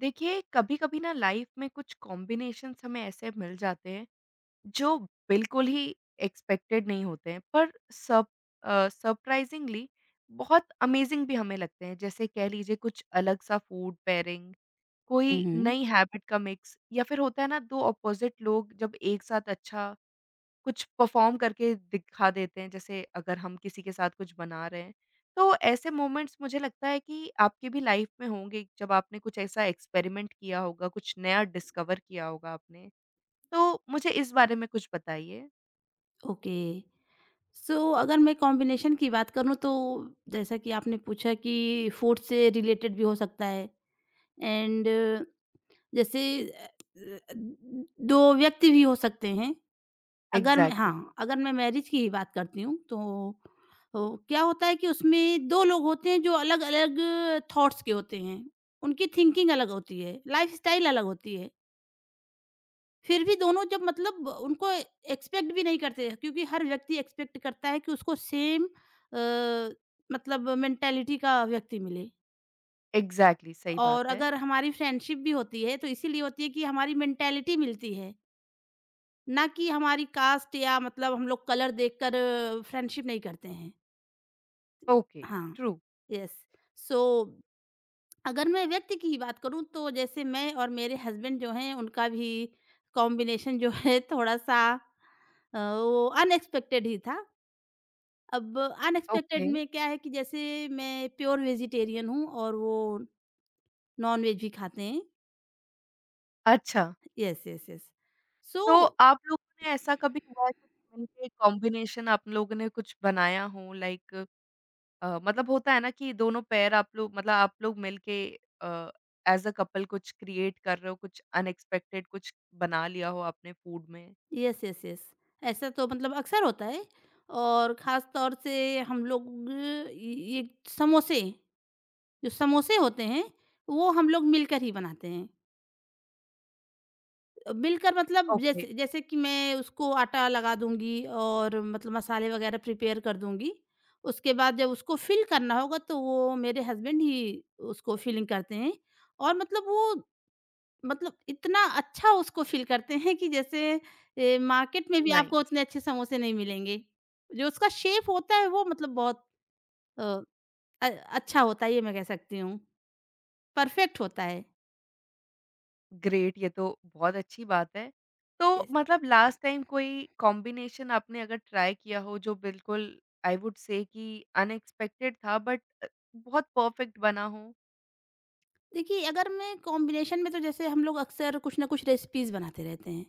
देखिए, कभी-कभी ना लाइफ में कुछ कॉम्बिनेशंस हमें ऐसे मिल जाते हैं, जो बिल्कुल ही एक्सपेक्टेड नहीं होते हैं, सरप्राइज़िंगली बहुत अमेज़िंग भी हमें लगते हैं। जैसे कह लीजिए कुछ अलग-सा फूड पेयरिंग, कोई उहुँ, नई हैबिट का मिक्स या फिर होता है ना 2 अपोज़िट लोग जब एक साथ अच्छा कुछ परफ़ॉर्म करके दिखा देते हैं, जैसे अगर हम किसी के साथ कुछ बना रहे हैं। तो ऐसे मोमेंट्स मुझे लगता है कि आपकी भी लाइफ़ में होंगे, जब आपने कुछ ऐसा एक्सपेरिमेंट किया होगा, कुछ नया डिस्कवर किया होगा आपने। तो मुझे इस बारे में कुछ बताइए। ओके। सो अगर मैं कॉम्बिनेशन की बात करूँ तो जैसा कि आपने पूछा कि फूड से रिलेटेड भी हो सकता है एंड जैसे अ अ, 2 व्यक्ति भी हो सकते हैं। अगर मैं एग्ज़ैक्टली। हाँ, अगर मैं मैरिज की ही बात करती हूँ तो क्या होता है कि उसमें 2 लोग होते हैं जो अलग-अलग थॉट्स के होते हैं। उनकी थिंकिंग अलग होती है, लाइफ़स्टाइल अलग होती है। फिर भी दोनों जब मतलब उनको एक्सपेक्ट भी नहीं करते क्योंकि हर व्यक्ति एक्सपेक्ट करता है कि उसको सेम अ, मतलब मेंटालिटी का व्यक्ति मिले। एग्ज़ैक्टली, सही और बात है। अगर हमारी फ्रेंडशिप भी होती है तो इसीलिए होती है कि हमारी मेंटालिटी मिलती है ना कि हमारी कास्ट या मतलब हम लोग कलर देखकर फ्रेंडशिप नहीं करते हैं। ओके। हाँ, ट्रू। यस। सो अगर मैं व्यक्ति की ही बात करूँ तो जैसे मैं और मेरे हस्बैंड जो हैं उनका भी कॉम्बिनेशन जो है थोड़ा-सा वो अनएक्सपेक्टेड ही था। अब अनएक्सपेक्टेड ओके। में क्या है कि जैसे मैं प्योर वेजिटेरियन हूँ और वो नॉन-वेज भी खाते हैं। अच्छा। Yes, yes, yes. सो तो आप लोगों ने ऐसा कभी हुआ है कुछ मिलके कॉम्बिनेशन आप लोगों ने कुछ बनाया हो लाइक मतलब होता है ना कि दोनों पैर आप लोग मतलब आप लोग मिलके अ, एज़ अ कपल कुछ क्रिएट कर रहे हो, कुछ अनएक्सपेक्टेड कुछ बना लिया हो आपने फूड में। Yes, yes, yes. ऐसा तो मतलब अक्सर होता है और ख़ास तौर से हम लोग ये समोसे, जो समोसे होते हैं वो हम लोग मिलकर ही बनाते हैं। मिलकर मतलब ओके। जैसे जैसे कि मैं उसको आटा लगा दूँगी और मतलब मसाले वगैरह प्रिपेयर कर दूँगी। उसके बाद जब उसको फिल करना होगा तो वो मेरे हस्बैंड ही उसको फिलिंग करते हैं और मतलब वो मतलब इतना अच्छा उसको फिल करते हैं कि जैसे मार्केट में भी आपको नाइस। उतने अच्छे समोसे नहीं मिलेंगे। जो उसका शेप होता है वो मतलब बहुत अ, अच्छा होता है ये मैं कह सकती हूँ। परफेक्ट होता है। ग्रेट, ये तो बहुत अच्छी बात है। तो मतलब लास्ट टाइम कोई कॉम्बिनेशन आपने अगर ट्राई किया हो जो बिल्कुल आई वुड से कि अनएक्सपेक्टेड था बहुत परफेक्ट बना हो? देखिए, अगर मैं कॉम्बिनेशन में तो जैसे हम लोग अक्सर कुछ ना कुछ रेसिपीज़ बनाते रहते हैं।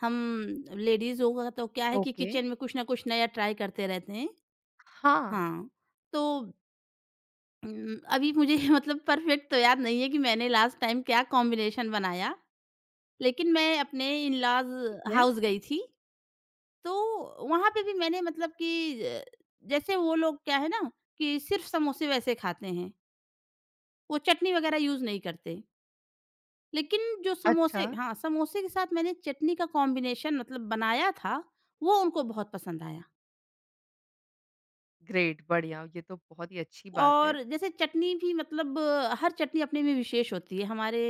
हम लेडीज़ होगा तो क्या है कि ओके। किचन में कुछ ना कुछ नया ट्राई करते रहते हैं। हाँ। हाँ, तो अभी मुझे मतलब परफेक्ट तो याद नहीं है कि मैंने लास्ट टाइम क्या कॉम्बिनेशन बनाया, लेकिन मैं अपने ठीक इन-लॉज़ है। हाउस गई थी, तो वहाँ पे भी मैंने मतलब कि जैसे वो लोग क्या है ना कि सिर्फ़ समोसे वैसे खाते हैं, वो चटनी वगैरह यूज़ नहीं करते। लेकिन जो समोसे अच्छा। हाँ, समोसे के साथ मैंने चटनी का कॉम्बिनेशन मतलब बनाया था, वो उनको बहुत पसंद आया। ग्रेट, बढ़िया ये तो बहुत ही अच्छी बात है। और जैसे चटनी भी मतलब हर चटनी अपने में विशेष होती है। हमारे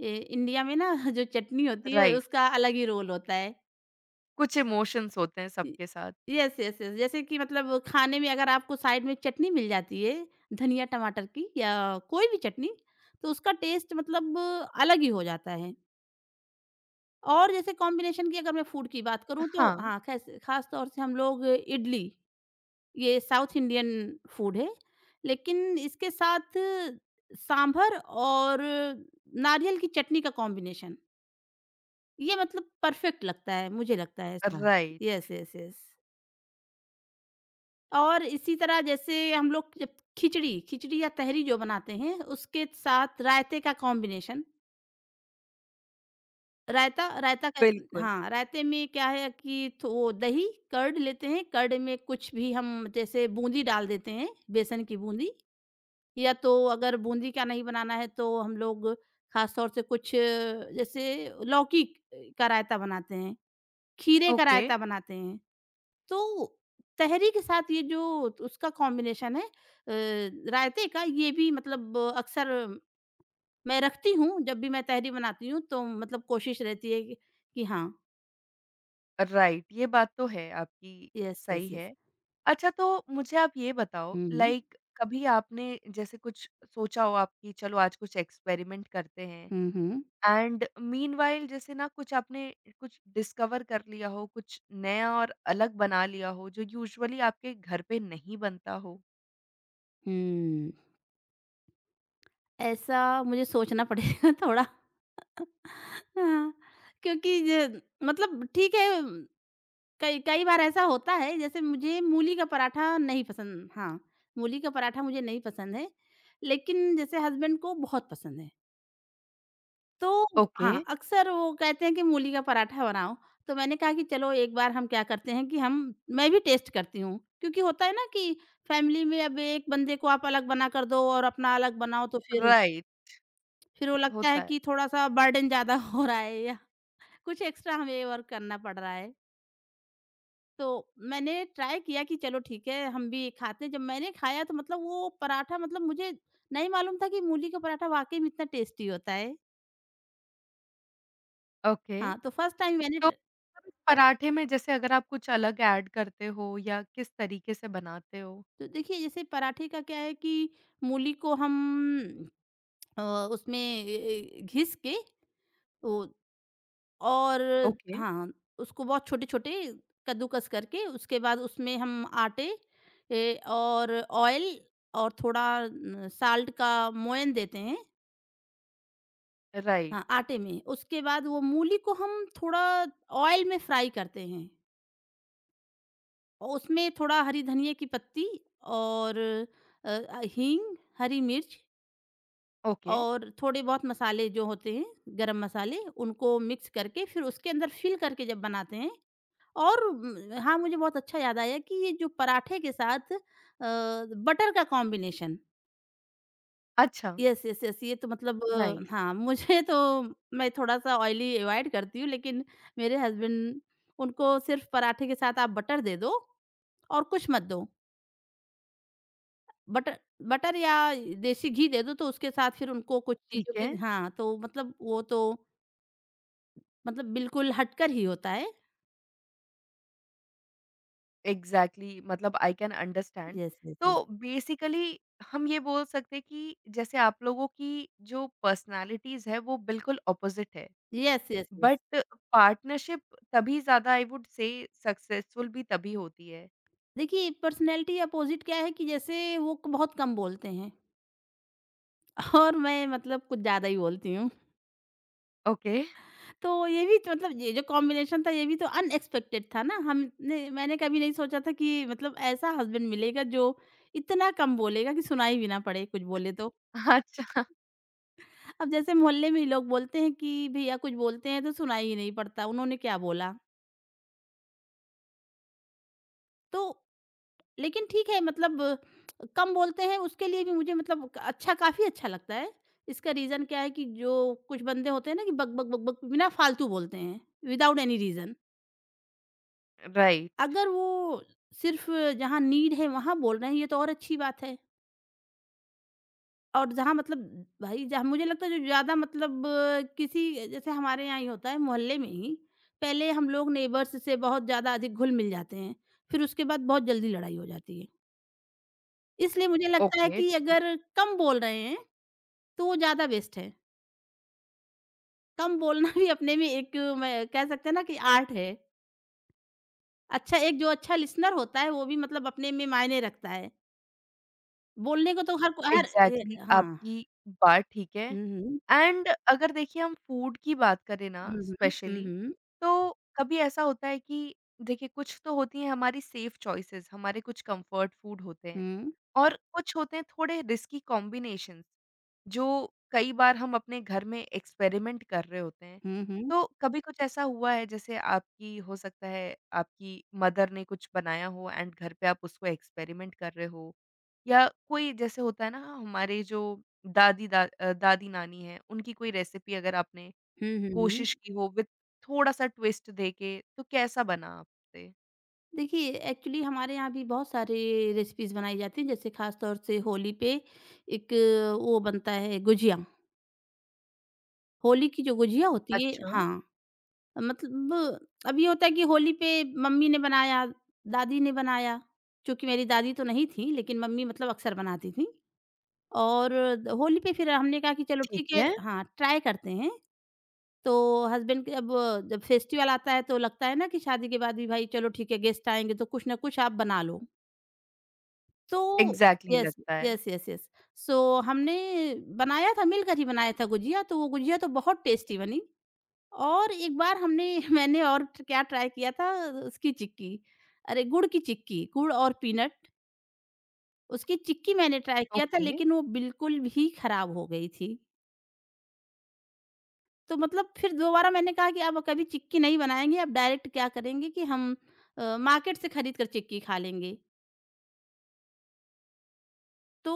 इंडिया में ना जो चटनी होती है राइट। उसका अलग ही रोल होता है। कुछ इमोशंस होते हैं इ सबके साथ। Yes, yes, yes. जैसे कि मतलब खाने में अगर आपको साइड में चटनी मिल जाती है, धनिया टमाटर की या कोई भी चटनी, तो उसका टेस्ट मतलब अलग ही हो जाता है। और जैसे कॉम्बिनेशन की अगर मैं फ़ूड की बात करूँ तो हाँ। हाँ, खैस ख़ास तौर से हम लोग इडली, ये साउथ इंडियन फ़ूड है। लेकिन इसके साथ सांभर और नारियल की चटनी का कॉम्बिनेशन, ये मतलब परफ़ेक्ट लगता है, मुझे लगता है ऐसा। राइट। Yes, yes, yes. और इसी तरह जैसे हम लोग जब खिचड़ी खिचड़ी या तहरी जो बनाते हैं, उसके साथ रायते का कॉम्बिनेशन, रायता रायता क बिल्कुल। हाँ, रायते में क्या है कि थो वो दही, कर्ड लेते हैं, कर्ड में कुछ भी हम जैसे बूंदी डाल देते हैं, बेसन की बूंदी, या तो अगर बूंदी का नहीं बनाना है तो हम लोग ख़ास तौर से कुछ जैसे लौकी क का रायता बनाते हैं, खीरे का ओके। रायता बनाते हैं। तो तहरी के साथ ये जो उसका कॉम्बिनेशन है रायते का, ये भी मतलब अक्सर मैं रखती हूँ, जब भी मैं तहरी बनाती हूँ तो मतलब कोशिश रहती है कि हाँ। राइट, ये बात तो है आपकी, यस, यस, सही यस। है। अच्छा तो मुझे आप ये बताओ हुँ, हुँ। लाइक कभी आपने जैसे कुछ सोचा हो आप कि चलो आज कुछ एक्सपेरिमेंट करते हैं हुँ, हुँ। एंड मीनव्हाइल जैसे ना कुछ आपने कुछ डिस्कवर कर लिया हो, कुछ नया और अलग बना लिया हो जो यूजुअली आपके घर पे नहीं बनता हो? हुँ। ऐसा मुझे सोचना पड़ेगा थोड़ा। हाँ, क्योंकि ज मतलब ठीक है, कई कई बार ऐसा होता है जैसे मुझे मूली का पराठा नहीं पसंद। हाँ, मूली का पराठा मुझे नहीं पसंद है, लेकिन जैसे हस्बैंड को बहुत पसंद है। तो ओके। हाँ, अक्सर वो कहते हैं कि मूली का पराठा बनाओ, तो मैंने कहा कि चलो एक बार हम क्या करते हैं कि हम मैं भी टेस्ट करती हूँ। क्योंकि होता है ना कि फैमिली में अब एक बंदे को आप अलग बना कर दो और अपना अलग बनाओ तो फिर राइट, फिर वो लगता है होता है। कि थोड़ा-सा बर्डन ज़्यादा हो रहा है या कुछ एक्स्ट्रा हमें वर्क करना पड़ रहा है। तो मैंने ट्राई किया कि चलो ठीक है, हम भी खाते हैं। जब मैंने खाया तो मतलब वो पराठा मतलब मुझे नहीं मालूम था कि मूली का पराठा वाक़ई में इतना टेस्टी होता है। ओके। हाँ, तो फर्स्ट टाइम मैंने तो हम पराठे में जैसे अगर आप कुछ अलग ऐड करते हो या किस तरीके से बनाते हो? तो देखिए जैसे पराठे का क्या है कि मूली को हम अ, उसमें ए, ए, घिस के ओ, और ओके। हाँ उसको बहुत छोटे छोटे कद्दूकस करके उसके बाद उसमें हम आटे और ऑयल और थोड़ा न, साल्ट का मोयन देते हैं, राइट। हाँ आटे में, उसके बाद वो मूली को हम थोड़ा ऑयल में फ्राई करते हैं और उसमें थोड़ा हरी धनिया की पत्ती और हींग, हरी मिर्च ओके। और थोड़े बहुत मसाले जो होते हैं, गरम मसाले, उनको मिक्स करके फिर उसके अंदर फिल करके जब बनाते हैं और हाँ मुझे बहुत अच्छा याद आया कि ये जो पराठे के साथ बटर का कॉम्बिनेशन, अच्छा। यस यस यस, ये तो मतलब नाइस। हाँ मुझे तो, मैं थोड़ा सा ऑयली अवॉइड करती हूँ लेकिन मेरे हस्बैंड, उनको सिर्फ पराठे के साथ आप बटर दे दो और कुछ मत दो। बटर, बटर या देसी घी दे दो तो उसके साथ फिर उनको कुछ ठीक चीजों के, है। हाँ तो मतलब वो तो मतलब बिल्कुल हटकर ही होता है। एग्ज़ैक्टली मतलब I can understand. Yes, yes, yes. तो बेसिकली हम ये बोल सकते हैं कि जैसे आप लोगों की जो पर्सनैलिटीज़ है वो बिल्कुल ऑपोज़िट है। Yes, yes, yes. But partnership तभी ज़्यादा आई वुड से सक्सेसफुल भी तभी होती है। देखिए पर्सनैलिटी अपोज़िट क्या है कि जैसे वो क बहुत कम बोलते हैं और मैं मतलब कुछ ज़्यादा ही बोलती हूँ। ओके। तो ये भी तो मतलब ये जो कॉम्बिनेशन था ये भी तो अनएक्सपेक्टेड था ना। हमने मैंने कभी नहीं सोचा था कि मतलब ऐसा हस्बैंड मिलेगा जो इतना कम बोलेगा कि सुनाई भी ना पड़े कुछ बोले तो। अच्छा। अब जैसे मोहल्ले में ही लोग बोलते हैं कि भैया कुछ बोलते हैं तो सुनाई ही नहीं पड़ता, उन्होंने क्या बोला? तो लेकिन ठीक है मतलब कम बोलते हैं उसके लिए भी मुझे मतलब क अच्छा काफ़ी अच्छा लगता है। इसका रीज़न क्या है कि जो कुछ बंदे होते हैं ना कि बक, बक, बक, बक बिना फालतू बोलते हैं विदाउट एनी रीज़न। राइट। अगर वो सिर्फ़ जहाँ नीड है वहाँ बोल रहे हैं ये तो और अच्छी बात है। और जहाँ मतलब भाई जहाँ मुझे लगता है जो ज़्यादा मतलब किसी जैसे हमारे यहाँ ही होता है मोहल्ले में ही, पहले हम लोग नेबर्स से बहुत ज़्यादा अधिक घुल-मिल जाते हैं। फिर उसके बाद बहुत जल्दी लड़ाई हो जाती है। इसलिए मुझे लगता है ओके। कि ट्रू। अगर कम बोल रहे हैं तो वो ज़्यादा बेस्ट है। कम बोलना भी अपने में एक मैं कह सकते हैं ना कि आर्ट है। अच्छा, एक जो अच्छा लिसनर होता है वो भी मतलब अपने में मायने रखता है। बोलने को तो हर को हर ए एग्ज़ैक्टली हाँ। आपकी बात ठीक है। हुँ, हुँ। एंड अगर देखिए हम फूड की बात करें ना हुँ, हुँ। हुँ, स्पेशली, हुँ। तो कभी ऐसा होता है कि देखिए कुछ तो होती हैं हमारी सेफ चॉइसेस, हमारे कुछ कंफर्ट फूड होते हैं हुँ। और कुछ होते हैं थोड़े रिस्की कॉम्बिनेशंस, जो कई बार हम अपने घर में एक्सपेरिमेंट कर रहे होते हैं। हुँ, हुँ। तो कभी कुछ ऐसा हुआ है जैसे आपकी हो सकता है आपकी मदर ने कुछ बनाया हो एंड घर पे आप उसको एक्सपेरिमेंट कर रहे हो या कोई जैसे होता है ना हमारे जो दादी-नानी हैं, उनकी कोई रेसिपी अगर आपने हुँ, हुँ, हुँ। कोशिश की हो विथ थोड़ा-सा ट्विस्ट देके, तो कैसा बना आपसे? देखिए एक्चुअली हमारे यहाँ भी बहुत सारे रेसिपीज़ बनाई जाती हैं जैसे ख़ास तौर से होली पे एक वो बनता है गुझिया। होली की जो गुझिया होती है, अच्छा। हाँ। मतलब अब ये होता है कि होली पे मम्मी ने बनाया, दादी ने बनाया, चूँकि मेरी दादी तो नहीं थी, लेकिन मम्मी मतलब अक्सर बनाती थीं और होली पे फिर हमने कहा कि चलो ठीक ठीक है है। हाँ, ट्राई करते हैं। तो हस्बैंड के अब जब फेस्टिवल आता है तो लगता है ना कि शादी के बाद भी भाई चलो ठीक है गेस्ट आएँगे तो कुछ ना कुछ आप बना लो। तो एग्ज़ैक्टली यस, लगता है। Yes, yes, yes. सो हमने बनाया था, मिलकर ही बनाया था गुझिया, तो वो गुझिया तो बहुत टेस्टी बनी। और एक बार हमने मैंने और ट क्या ट्राई किया था उसकी चिक्की, अरे गुड़ की चिक्की, गुड़ और पीनट, उसकी चिक्की मैंने ट्राई किया था ओके। लेकिन वो बिल्कुल भी खराब हो गई थी। तो मतलब फिर दोबारा मैंने कहा कि अब कभी चिक्की नहीं बनाएँगे, अब डायरेक्ट क्या करेंगे कि हम मार्केट से खरीद कर चिक्की खा लेंगे। तो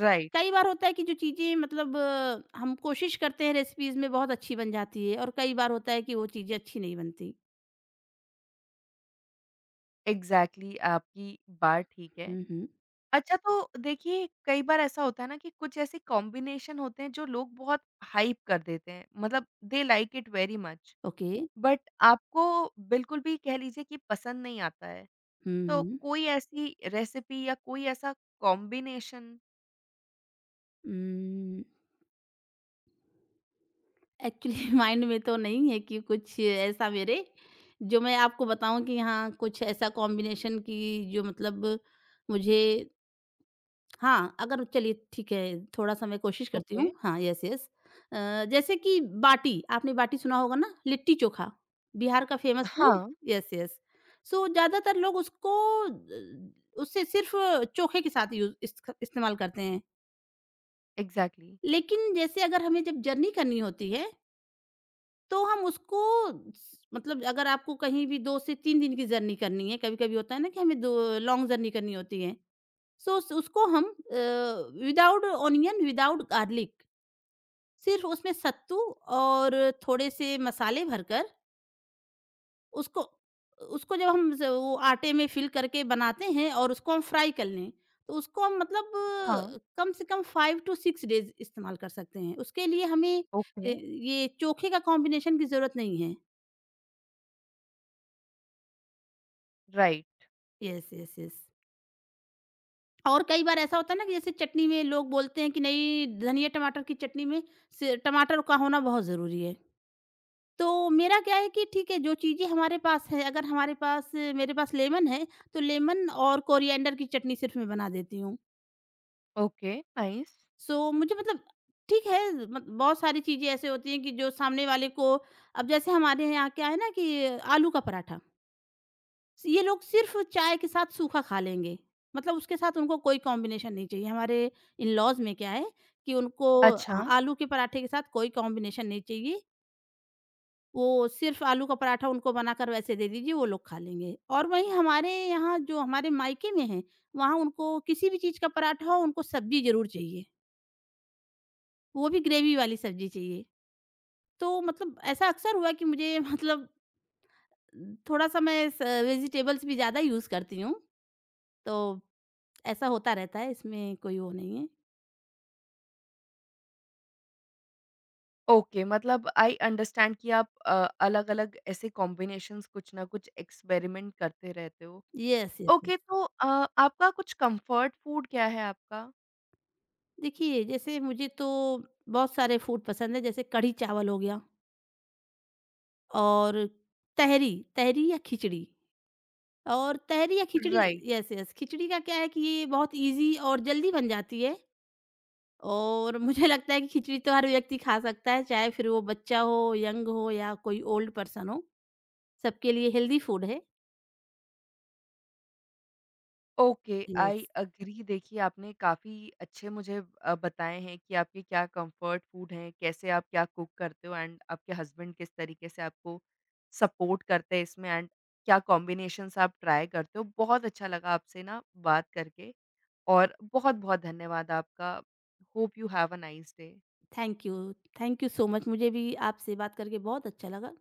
राइट। कई बार होता है कि जो चीज़ें मतलब हम कोशिश करते हैं रेसिपीज़ में बहुत अच्छी बन जाती है और कई बार होता है कि वो चीज़ें अच्छी नहीं बनती। एग्ज़ैक्टली आपकी बात ठीक है। हुँ, हुँ। अच्छा तो देखिए, कई बार ऐसा होता है ना कि कुछ ऐसे कॉम्बिनेशन होते हैं जो लोग बहुत हाइप कर देते हैं, मतलब they like it very much okay. But आपको बिल्कुल भी कह लीजिए कि पसंद नहीं आता है। हुँ, तो हुँ। कोई ऐसी रेसिपी या कोई ऐसा कॉम्बिनेशन? उम एक्चुअली माइंड में तो नहीं है कि कुछ ऐसा मेरे जो मैं आपको बताऊं कि हाँ कुछ ऐसा कॉम्बिनेशन की जो मतलब मुझे, हाँ अगर चलिए ठीक है थोड़ा सा मैं कोशिश करती हूँ, ओके। हाँ यस यस, जैसे कि बाटी, आपने बाटी सुना होगा ना, लिट्टी चोखा, बिहार का फेमस फूड, हाँ। Yes yes. सो ज्यादातर लोग उसको उससे सिर्फ चोखे के साथ यूज इस्तेमाल करते हैं। एग्ज़ैक्टली। लेकिन जैसे अगर हमें जब जर्नी करनी होती है तो हम उसको स मतलब अगर आपको कहीं भी 2 से 3 दिन की जर्नी करनी है, कभी-कभी होता है ना कि हमें दो लॉन्ग जर्नी करनी होती है। सो उस उसको हम विदाउट ओनियन, विदाउट गार्लिक सिर्फ़ उसमें सत्तू और थोड़े से मसाले भरकर उसको उसको जब हम ज वो आटे में फ़िल करके बनाते हैं और उसको हम फ्राई कर लें, तो उसको हम मतलब हाँ। कम से कम 5 टू 6 डेज़ इस्तेमाल कर सकते हैं। उसके लिए हमें ओके। ये चोखे का कॉम्बिनेशन की ज़रूरत नहीं है। राइट। Yes, yes, yes. और कई बार ऐसा होता है ना कि जैसे चटनी में लोग बोलते हैं कि नहीं धनिया टमाटर की चटनी में टमाटर का होना बहुत ज़रूरी है, तो मेरा क्या है कि ठीक है जो चीज़ें हमारे पास है, अगर हमारे पास मेरे पास लेमन है तो लेमन और कोरिएंडर की चटनी सिर्फ मैं बना देती हूँ। Okay, nice. सो मुझे मतलब ठीक है, बहुत सारी चीज़ें ऐसे होती हैं कि जो सामने वाले को, अब जैसे हमारे यहाँ क्या है ना कि आलू का पराठा ये लोग सिर्फ़ चाय के साथ सूखा खा लेंगे, मतलब उसके साथ उनको कोई कॉम्बिनेशन नहीं चाहिए। हमारे इन-लॉज़ में क्या है कि उनको अच्छा। हाँ, आलू के पराठे के साथ कोई कॉम्बिनेशन नहीं चाहिए। वो सिर्फ़ आलू का पराठा उनको बनाकर वैसे दे दीजिए, वो लोग खा लेंगे और वहीं हमारे यहाँ जो हमारे मायके में हैं, वहाँ उनको किसी भी चीज़ का पराठा हो, उनको सब्ज़ी ज़रूर चाहिए, वो भी ग्रेवी वाली सब्ज़ी चाहिए। तो मतलब ऐसा अक्सर हुआ कि मुझे मतलब थोड़ा-सा मैं स वेजिटेबल्स भी ज़्यादा यूज़ करती हूँ, तो ऐसा होता रहता है, इसमें कोई वो नहीं है। ओके मतलब आई अंडरस्टैंड कि आप अलग-अलग ऐसे कॉम्बिनेशंस कुछ ना कुछ एक्सपेरिमेंट करते रहते हो। Yes, yes, yes. ओके, तो आपका कुछ कम्फर्ट फूड क्या है आपका? देखिए, जैसे मुझे तो बहुत सारे फूड पसंद हैं, जैसे कढ़ी चावल हो गया और तहरी तहरी या खिचड़ी, और तहरी या khichdi. Right. Yes, yes. Khichdi का क्या है कि ये बहुत ईज़ी और जल्दी बन जाती है और मुझे लगता है कि खिचड़ी तो हर व्यक्ति खा सकता है, चाहे फिर वो बच्चा हो, यंग हो या कोई ओल्ड पर्सन हो, सबके लिए हेल्दी फूड है। ओके। आई यस, अग्री, देखिए आपने काफ़ी अच्छे मुझे बताए हैं कि आपके क्या कंफर्ट फूड हैं, कैसे आप क्या कुक करते हो एंड आपके हस्बैंड किस तरीके से आपको सपोर्ट करते हैं इसमें एंड क्या कॉम्बिनेशंस आप ट्राई करते हो। बहुत अच्छा लगा आपसे ना बात करके और बहुत-बहुत धन्यवाद आपका। Hope you have a nice day. Thank you. Thank you so much. मुझे भी आपसे बात करके बहुत अच्छा लगा।